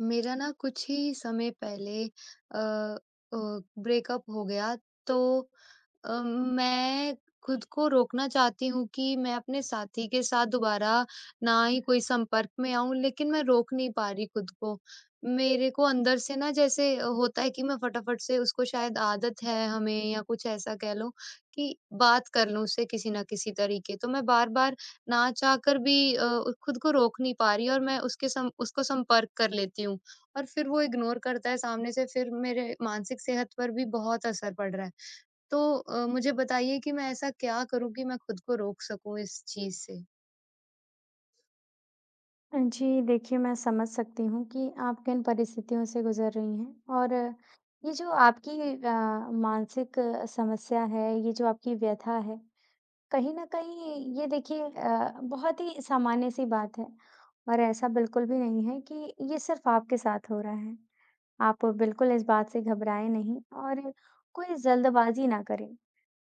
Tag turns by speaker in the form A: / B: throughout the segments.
A: मेरा ना कुछ ही समय पहले अ, ब्रेकअप हो गया। तो मैं खुद को रोकना चाहती हूँ कि मैं अपने साथी के साथ दोबारा ना ही कोई संपर्क में आऊँ, लेकिन मैं रोक नहीं पा रही खुद को। मेरे को अंदर से ना जैसे होता है कि मैं फटाफट से उसको शायद आदत है हमें या कुछ ऐसा कह लो कि बात कर लूँ उससे किसी न किसी तरीके। तो मैं बार-बार ना चाहकर भी खुद को रोक नहीं पा रही और मैं उसके सम उसको संपर्क कर लेती हूँ और फिर वो इग्नोर करता है सामने से। फिर मेरे मानसिक सेहत पर भी बहुत असर पड़ रहा है। तो मुझे बताइए कि मैं ऐसा क्या करूँ कि मैं खुद को रोक सकूँ इस चीज़ से?
B: जी, देखिए मैं समझ सकती हूँ कि आप किन परिस्थितियों से गुज़र रही हैं और ये जो आपकी अ, मानसिक समस्या है, ये जो आपकी व्यथा है, कहीं न कहीं ये देखिए बहुत ही सामान्य-सी बात है और ऐसा बिल्कुल भी नहीं है कि ये सिर्फ़ आपके साथ हो रहा है। आप बिल्कुल इस बात से घबराएँ नहीं और कोई जल्दबाज़ी ना करें।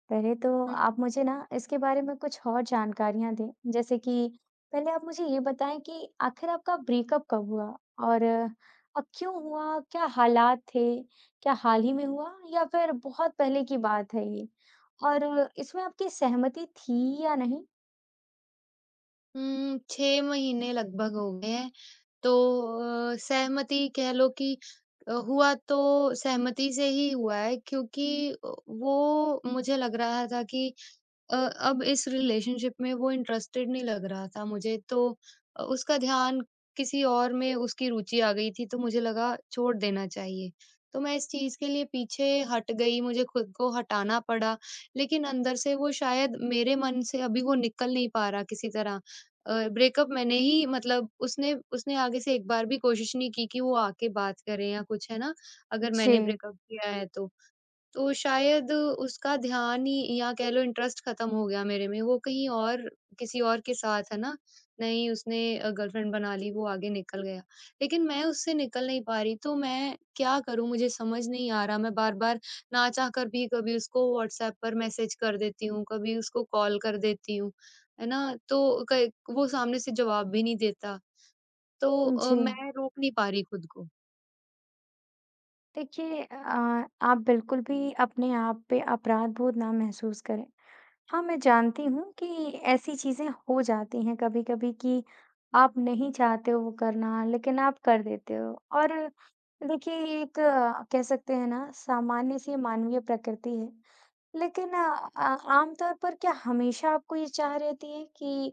B: पहले तो
A: हुँ।
B: आप मुझे ना इसके बारे में कुछ और जानकारियाँ दें। जैसे कि पहले आप मुझे ये बताएँ कि आखिर आपका ब्रेकअप कब हुआ? और क्यों हुआ? क्या हालात थे? क्या हाल ही में हुआ या फिर बहुत पहले की बात है ये? और इसमें आपकी सहमति थी या नहीं?
A: हुँ, 6 महीने लगभग हो गए हैं। तो सहमति कह लो कि हुआ तो सहमति से ही हुआ है, क्योंकि वो मुझे लग रहा था कि अब इस रिलेशनशिप में वो इंटरेस्टेड नहीं लग रहा था मुझे। तो उसका ध्यान किसी और में उसकी रुचि आ गई थी, तो मुझे लगा छोड़ देना चाहिए। तो मैं इस चीज़ के लिए पीछे हट गई, मुझे खुद को हटाना पड़ा, लेकिन अंदर से वो शायद मेरे मन से अभी वो निकल नहीं पा रहा किसी तरह। ब्रेकअप मैंने ही, मतलब उसने उसने आगे से एक बार भी कोशिश नहीं की कि वो आके बात करे या कुछ, है ना? अगर
B: जी।
A: मैंने ब्रेकअप किया है तो। तो शायद उसका ध्यान ही या कह लो इंटरेस्ट खत्म हो गया मेरे में, वो कहीं और किसी और के साथ है ना, नहीं उसने गर्लफ्रेंड बना ली, वो आगे निकल गया। लेकिन मैं उससे निकल नहीं पा रही, तो मैं क्या करूँ? मुझे समझ नहीं आ रहा, मैं बार-बार ना चाहकर भी कभी उसको व्हाट्सएप पर मैसेज कर देती हूँ, कभी उसको कॉल कर देती हूँ, है ना? तो क वो सामने से जवाब भी नहीं देता, तो
B: जी।
A: मैं रोक नहीं पा रही खुद को।
B: देखिए आप बिल्कुल भी अपने आप पे अपराध बोध ना महसूस करें। हाँ, मैं जानती हूँ कि ऐसी चीज़ें हो जाती हैं कभी-कभी कि आप नहीं चाहते हो वो करना, लेकिन आप कर देते हो। और देखिए, ये एक कह सकते हैं ना, सामान्य-सी मानवीय प्रकृति है। लेकिन आम तौर पर क्या हमेशा आपको ये चाह रहती है कि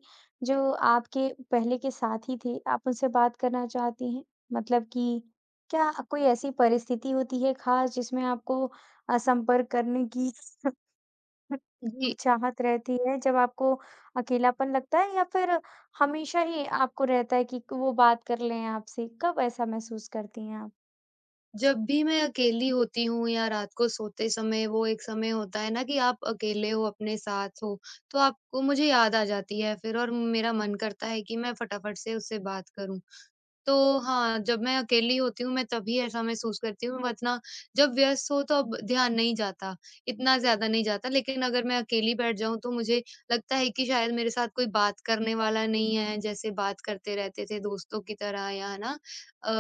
B: जो आपके पहले के साथी थे, आप उनसे बात करना चाहती हैं? मतलब कि क्या कोई ऐसी परिस्थिति होती है ख़ास, जिसमें आपको संपर्क करने की
A: जी।
B: चाहत रहती है जब आपको अकेलापन लगता है या फिर हमेशा ही आपको रहता है कि वो बात कर लें आपसे, कब ऐसा महसूस करती हैं आप?
A: जब भी मैं अकेली होती हूँ या रात को सोते समय, वो एक समय होता है ना कि आप अकेले हो, अपने साथ हो, तो आपको मुझे याद आ जाती है फिर और मेरा मन करता है कि मैं फटाफट से उससे बात करूँ। तो हाँ, जब मैं अकेली होती हूँ, मैं तभी ऐसा महसूस करती हूँ, वरना जब व्यस्त हो तब ध्यान नहीं जाता, इतना ज़्यादा नहीं जाता। लेकिन अगर मैं अकेली बैठ जाऊँ तो मुझे लगता है कि शायद मेरे साथ कोई बात करने वाला नहीं है, जैसे बात करते रहते थे दोस्तों की तरह या है ना,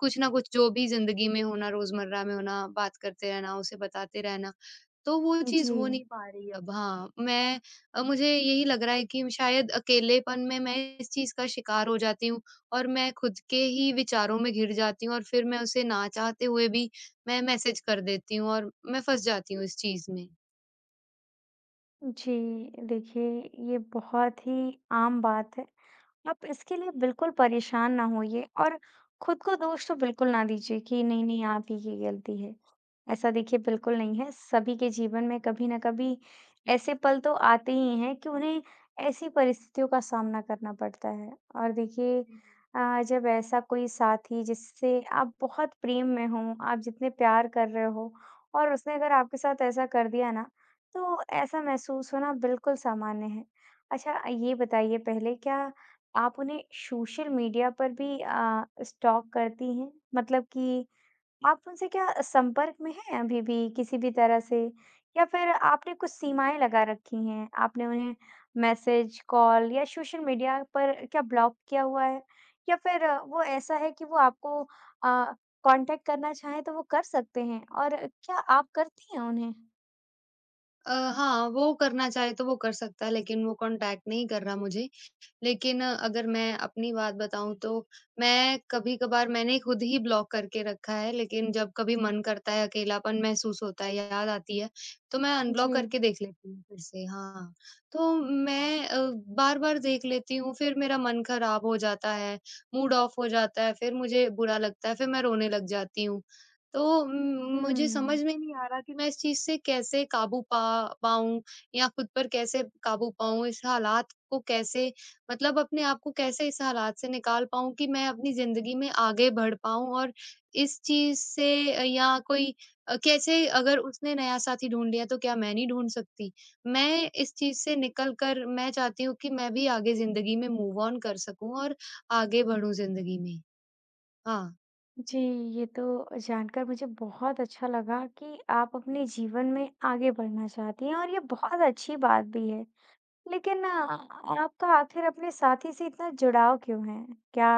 A: कुछ ना कुछ जो भी ज़िंदगी में होना, रोज़मर्रा में होना, बात करते रहना, उसे बताते रहना। तो वो चीज़ हो
B: जी,
A: नहीं पा रही अब। हाँ, मुझे यही लग रहा है कि शायद अकेलेपन में मैं इस चीज़ का शिकार हो जाती हूँ और मैं खुद के ही विचारों में घिर जाती हूँ और फिर मैं उसे ना चाहते हुए भी मैं मैसेज कर देती हूँ और मैं फँस जाती हूँ इस चीज़ में।
B: जी। देखिए, ये बहुत ही आम बात है। आप इसके लिए बिल्कुल परेशान ना होइए और खुद को दोष तो बिल्कुल ना दीजिए कि नहीं नहीं आप ही की गलती है, ऐसा देखिए
A: हुँ,
B: बिल्कुल नहीं है। सभी के जीवन में कभी ना कभी ऐसे पल तो आते ही हैं कि उन्हें ऐसी परिस्थितियों का सामना करना पड़ता है और देखिए,
A: हुँ।
B: जब ऐसा कोई साथी जिससे आप बहुत प्रेम में हो, आप जितने प्यार कर रहे हो और उसने अगर आपके साथ ऐसा कर दिया ना, तो ऐसा महसूस होना बिल्कुल सामान्य है। अच्छा, ये बताइए पहले, क्या आप उन्हें सोशल मीडिया पर भी स्टॉक करती हैं? मतलब कि आप उनसे क्या संपर्क में हैं अभी भी किसी भी तरह से? या फिर आपने कुछ सीमाएँ लगा रखी हैं? आपने उन्हें मैसेज, कॉल या सोशल मीडिया पर क्या ब्लॉक किया हुआ है? या फिर वो ऐसा है कि वो आपको कॉन्टैक्ट करना चाहें तो वो कर सकते हैं, और क्या आप करती हैं उन्हें?
A: हाँ, वो करना चाहे तो वो कर सकता है, लेकिन वो कॉन्टैक्ट नहीं कर रहा मुझे। लेकिन अगर मैं अपनी बात बताऊँ तो मैं कभी-कभार, मैंने खुद ही ब्लॉक करके रखा है, लेकिन जब कभी मन करता है, अकेलापन महसूस होता है, याद आती है, तो मैं
B: जी।
A: अनब्लॉक करके देख लेती हूँ फिर से। हाँ। तो मैं बार-बार देख लेती हूँ, फिर मेरा मन खराब हो जाता है, मूड ऑफ हो जाता है, फिर मुझे बुरा लगता है, फिर मैं रोने लग जाती हूँ। तो उम, मुझे समझ
B: हुँ।
A: में नहीं आ रहा कि मैं इस चीज़ से कैसे काबू पा पाऊँ या खुद पर कैसे काबू पाऊँ, इस हालात को कैसे, मतलब अपने आप को कैसे इस हालात से निकाल पाऊँ कि मैं अपनी ज़िंदगी में आगे बढ़ पाऊँ और इस चीज़ से कैसे, अगर उसने नया साथी ढूँढ लिया तो क्या मैं नहीं ढूँढ सकती? मैं इस चीज़ से निकल कर मैं चाहती हूँ कि मैं भी आगे ज़िंदगी में मूव ऑन कर सकूँ और आगे बढ़ूँ ज़िंदगी में। हाँ।
B: जी, ये तो जानकर मुझे बहुत अच्छा लगा कि आप अपने जीवन में आगे बढ़ना चाहती हैं और ये बहुत अच्छी बात भी है। लेकिन आपका आखिर अपने साथी से इतना जुड़ाव क्यों है? क्या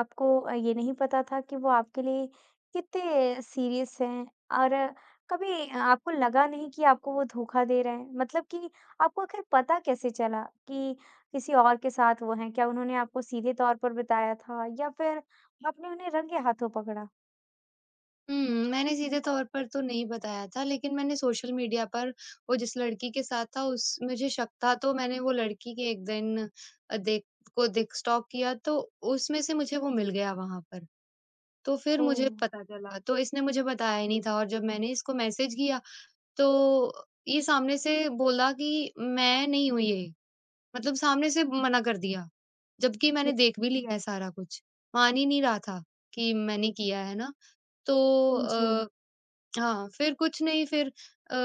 B: आपको ये नहीं पता था कि वो आपके लिए कितने सीरियस हैं? और कभी आपको लगा नहीं कि आपको वो धोखा दे रहे हैं? मतलब कि आपको आखिर पता कैसे चला कि किसी और के साथ वो हैं? क्या उन्होंने आपको सीधे तौर पर बताया था या फिर आपने उन्हें रंगे हाथों पकड़ा?
A: हुँ, मैंने सीधे तौर पर तो नहीं बताया था, लेकिन मैंने सोशल मीडिया पर वो जिस लड़की के साथ था, उस मुझे शक था, तो मैंने वो लड़की के एक दिन अ, देख देख स्टॉक किया, तो उसमें से मुझे वो मिल गया वहाँ पर। तो फिर मुझे
B: ओह।
A: पता चला, तो इसने मुझे बताया ही नहीं था और जब मैंने इसको मैसेज किया तो ये सामने से बोला कि मैं नहीं हूँ ये, मतलब सामने से मना कर दिया। जबकि मैंने देख भी लिया है सारा कुछ, मान ही नहीं रहा था कि मैंने किया है ना। तो
B: जी,
A: अ हाँ, फिर कुछ नहीं, अ,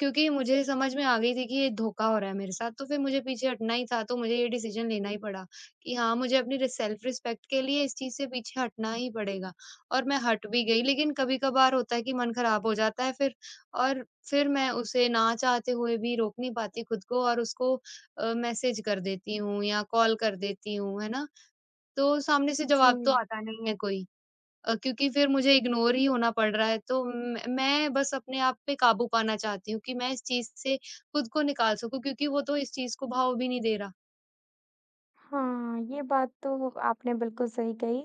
A: क्योंकि मुझे समझ में आ गई थी कि ये धोखा हो रहा है मेरे साथ, तो फिर मुझे पीछे हटना ही था, तो मुझे ये डिसीज़न लेना ही पड़ा कि हाँ, मुझे अपनी रि सेल्फ रिस्पेक्ट के लिए इस चीज़ से पीछे हटना ही पड़ेगा और मैं हट भी गई। लेकिन कभी-कभार होता है कि मन खराब हो जाता है फिर और फिर मैं उसे ना चाहते हुए भी रोक नहीं पाती खुद को और उसको मैसेज कर देती हूँ या कॉल कर देती हूँ, है ना? तो सामने से जवाब तो
B: जी।
A: आता नहीं है कोई। क्योंकि फिर मुझे इग्नोर ही होना पड़ रहा है, तो म मैं बस अपने आप पे काबू पाना चाहती हूँ कि मैं इस चीज़ से खुद को निकाल सकूँ, क्योंकि वो तो इस चीज़ को भाव भी नहीं दे रहा।
B: हाँ, ये बात तो आपने बिल्कुल सही कही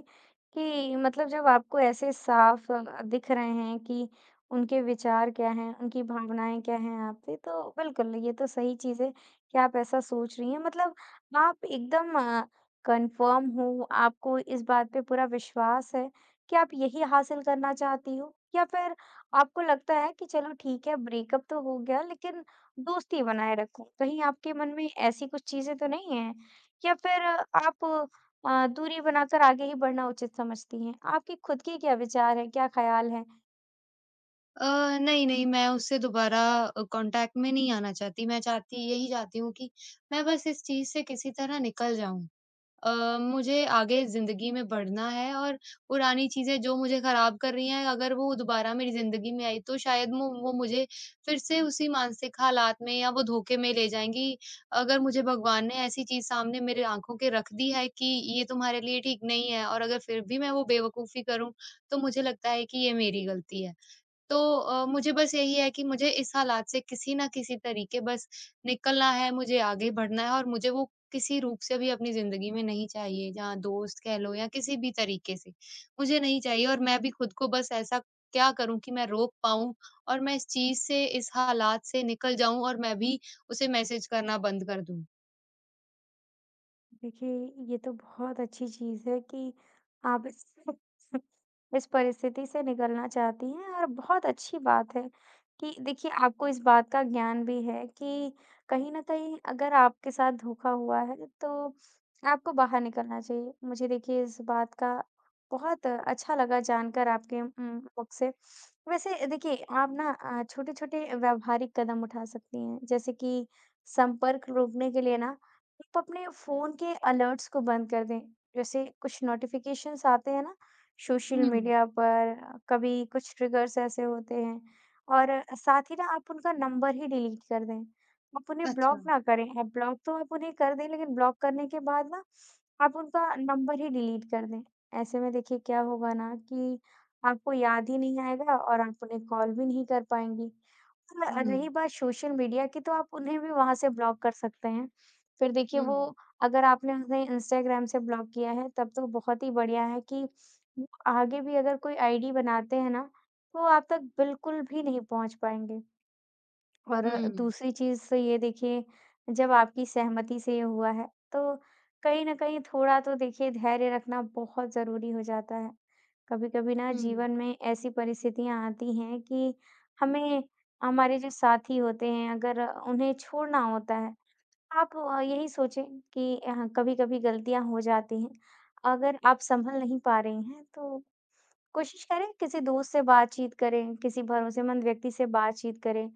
B: कि मतलब जब आपको ऐसे साफ दिख रहे हैं कि उनके विचार क्या हैं, उनकी भावनाएँ क्या हैं आपसे, तो बिल्कुल ये तो सही चीज़ है कि आप ऐसा सोच रही हैं। मतलब आप एकदम कन्फर्म हो, आपको इस बात पे पूरा विश्वास है कि आप यही हासिल करना चाहती हो, या फिर आपको लगता है कि चलो ठीक है, ब्रेकअप तो हो गया लेकिन दोस्ती बनाए रखूँ। कहीं आपके मन में ऐसी कुछ चीज़ें तो नहीं हैं? या फिर आप दूरी बनाकर आगे ही बढ़ना उचित समझती हैं? आपके खुद के क्या विचार हैं, क्या ख़्याल हैं?
A: नहीं, नहीं, मैं उससे दोबारा कॉन्टैक्ट में नहीं आना चाहती। मैं चाहती यही चाहती हूँ कि मैं बस इस चीज़ से किसी तरह निकल जाऊँ। अ, मुझे आगे ज़िंदगी में बढ़ना है और पुरानी चीज़ें जो मुझे ख़राब कर रही हैं, अगर वो दोबारा मेरी ज़िंदगी में आई, तो शायद मु वो मुझे फिर से उसी मानसिक हालात में या वो धोखे में ले जाएँगी। अगर मुझे भगवान ने ऐसी चीज़ सामने मेरे आँखों के रख दी है कि ये तुम्हारे लिए ठीक नहीं है और अगर फिर भी मैं वो बेवकूफ़ी करूँ, तो मुझे लगता है कि ये मेरी गलती है। तो मुझे बस यही है कि मुझे इस हालात से किसी ना किसी तरीके बस निकलना है, मुझे आगे बढ़ना है और मुझे वो किसी रूप से भी अपनी ज़िंदगी में नहीं चाहिए, जहाँ दोस्त कह लो या किसी भी तरीके से, मुझे नहीं चाहिए और मैं भी खुद को बस ऐसा क्या करूँ कि मैं रोक पाऊँ और मैं इस चीज़ से, इस हालात से निकल जाऊँ और मैं भी उसे मैसेज करना बंद कर दूँ।
B: देखिए, ये तो बहुत अच्छी चीज़ है कि आप इस इस परिस्थिति से निकलना चाहती हैं, और बहुत अच्छी बात है कि देखिए आपको इस बात का ज्ञान भी है कि कहीं न कहीं अगर आपके साथ धोखा हुआ है, तो आपको बाहर निकलना चाहिए। मुझे देखिए इस बात का बहुत अच्छा लगा जानकर आपके मुख से। वैसे देखिए आप ना छोटे-छोटे व्यावहारिक कदम उठा सकती हैं। जैसे कि संपर्क रोकने के लिए ना, आप अपने फ़ोन के अलर्ट्स को बंद कर दें। जैसे कुछ नोटिफ़िकेशंस आते हैं ना सोशल
A: हुँ,
B: मीडिया पर, कभी कुछ ट्रिगर्स ऐसे होते हैं। और साथ ही ना, आप उनका नंबर ही डिलीट कर दें। आप उन्हें
A: अच्छा।
B: ब्लॉक ना करें, आप ब्लॉक तो आप उन्हें कर दें, लेकिन ब्लॉक करने के बाद ना आप उनका नंबर ही डिलीट कर दें। ऐसे में देखिए क्या होगा ना कि आपको याद ही नहीं आएगा और आप उन्हें कॉल भी नहीं कर पाएँगी। र
A: हुँ,
B: रही बात सोशल मीडिया की, तो आप उन्हें भी वहाँ से ब्लॉक कर सकते हैं। फिर देखिए
A: हुँ,
B: वो, अगर आपने उन्हें इंस्टाग्राम से ब्लॉक किया है, तब तो बहुत ही बढ़िया है कि वो आगे भी अगर कोई आईडी बनाते हैं ना, तो आप तक बिल्कुल भी नहीं पहुँच पाएँगे। और
A: हुँ,
B: दूसरी चीज़ ये देखिए, जब आपकी सहमति से ये हुआ है, तो कहीं न कहीं थोड़ा तो देखिए धैर्य रखना बहुत ज़रूरी हो जाता है। कभी-कभी ना
A: हुँ,
B: जीवन में ऐसी परिस्थितियाँ आती हैं कि हमें हमारे जो साथी होते हैं, अगर उन्हें छोड़ना होता है। आप यही सोचें कि कभी-कभी गलतियाँ हो जाती हैं। अगर आप सँभल नहीं पा रही हैं, तो कोशिश करें किसी दोस्त से बातचीत करें, किसी भरोसेमंद व्यक्ति से बातचीत करें,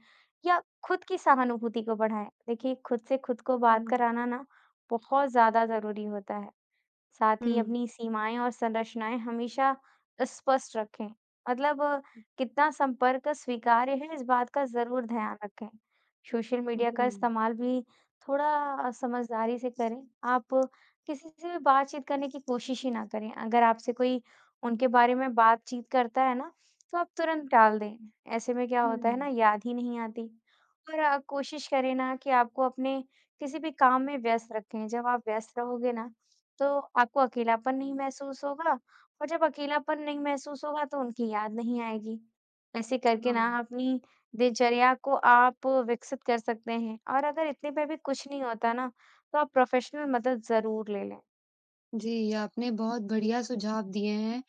B: या खुद की सहानुभूति को बढ़ाएँ। देखिए खुद से खुद को बात
A: हुँ,
B: कराना ना बहुत ज़्यादा ज़रूरी होता है। साथ ही
A: हुँ,
B: अपनी सीमाएँ और संरचनाएँ हमेशा स्पष्ट रखें। मतलब
A: जी,
B: कितना संपर्क स्वीकार्य है, इस बात का ज़रूर ध्यान रखें। सोशल मीडिया का इस्तेमाल भी थोड़ा समझदारी से करें। आप किसी से भी बातचीत करने की कोशिश ही ना करें। अगर आपसे कोई उनके बारे में बातचीत करता है ना, तो आप तुरंत टाल दें। ऐसे में क्या होता है
A: हुँ,
B: ना, याद ही नहीं आती। और कोशिश करें ना कि आपको अपने किसी भी काम में व्यस्त रखें। जब आप व्यस्त रहोगे ना, तो आपको अकेलापन नहीं महसूस होगा और जब अकेलापन नहीं महसूस होगा तो उनकी याद नहीं आएगी। ऐसे करके ना
A: हाँ।
B: अपनी दिनचर्या को आप विकसित कर सकते हैं, और अगर इतने पे भी कुछ नहीं होता ना, तो आप प्रोफ़ेशनल मदद ज़रूर ले लें।
A: जी, आपने बहुत बढ़िया सुझाव दिए हैं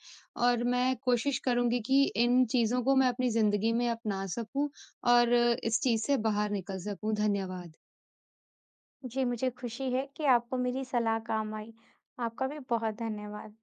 A: और मैं कोशिश करूँगी कि इन चीज़ों को मैं अपनी ज़िंदगी में अपना सकूँ और इस चीज़ से बाहर निकल सकूँ। धन्यवाद।
B: जी, मुझे खुशी है कि आपको मेरी सलाह काम आई। आपका भी बहुत धन्यवाद।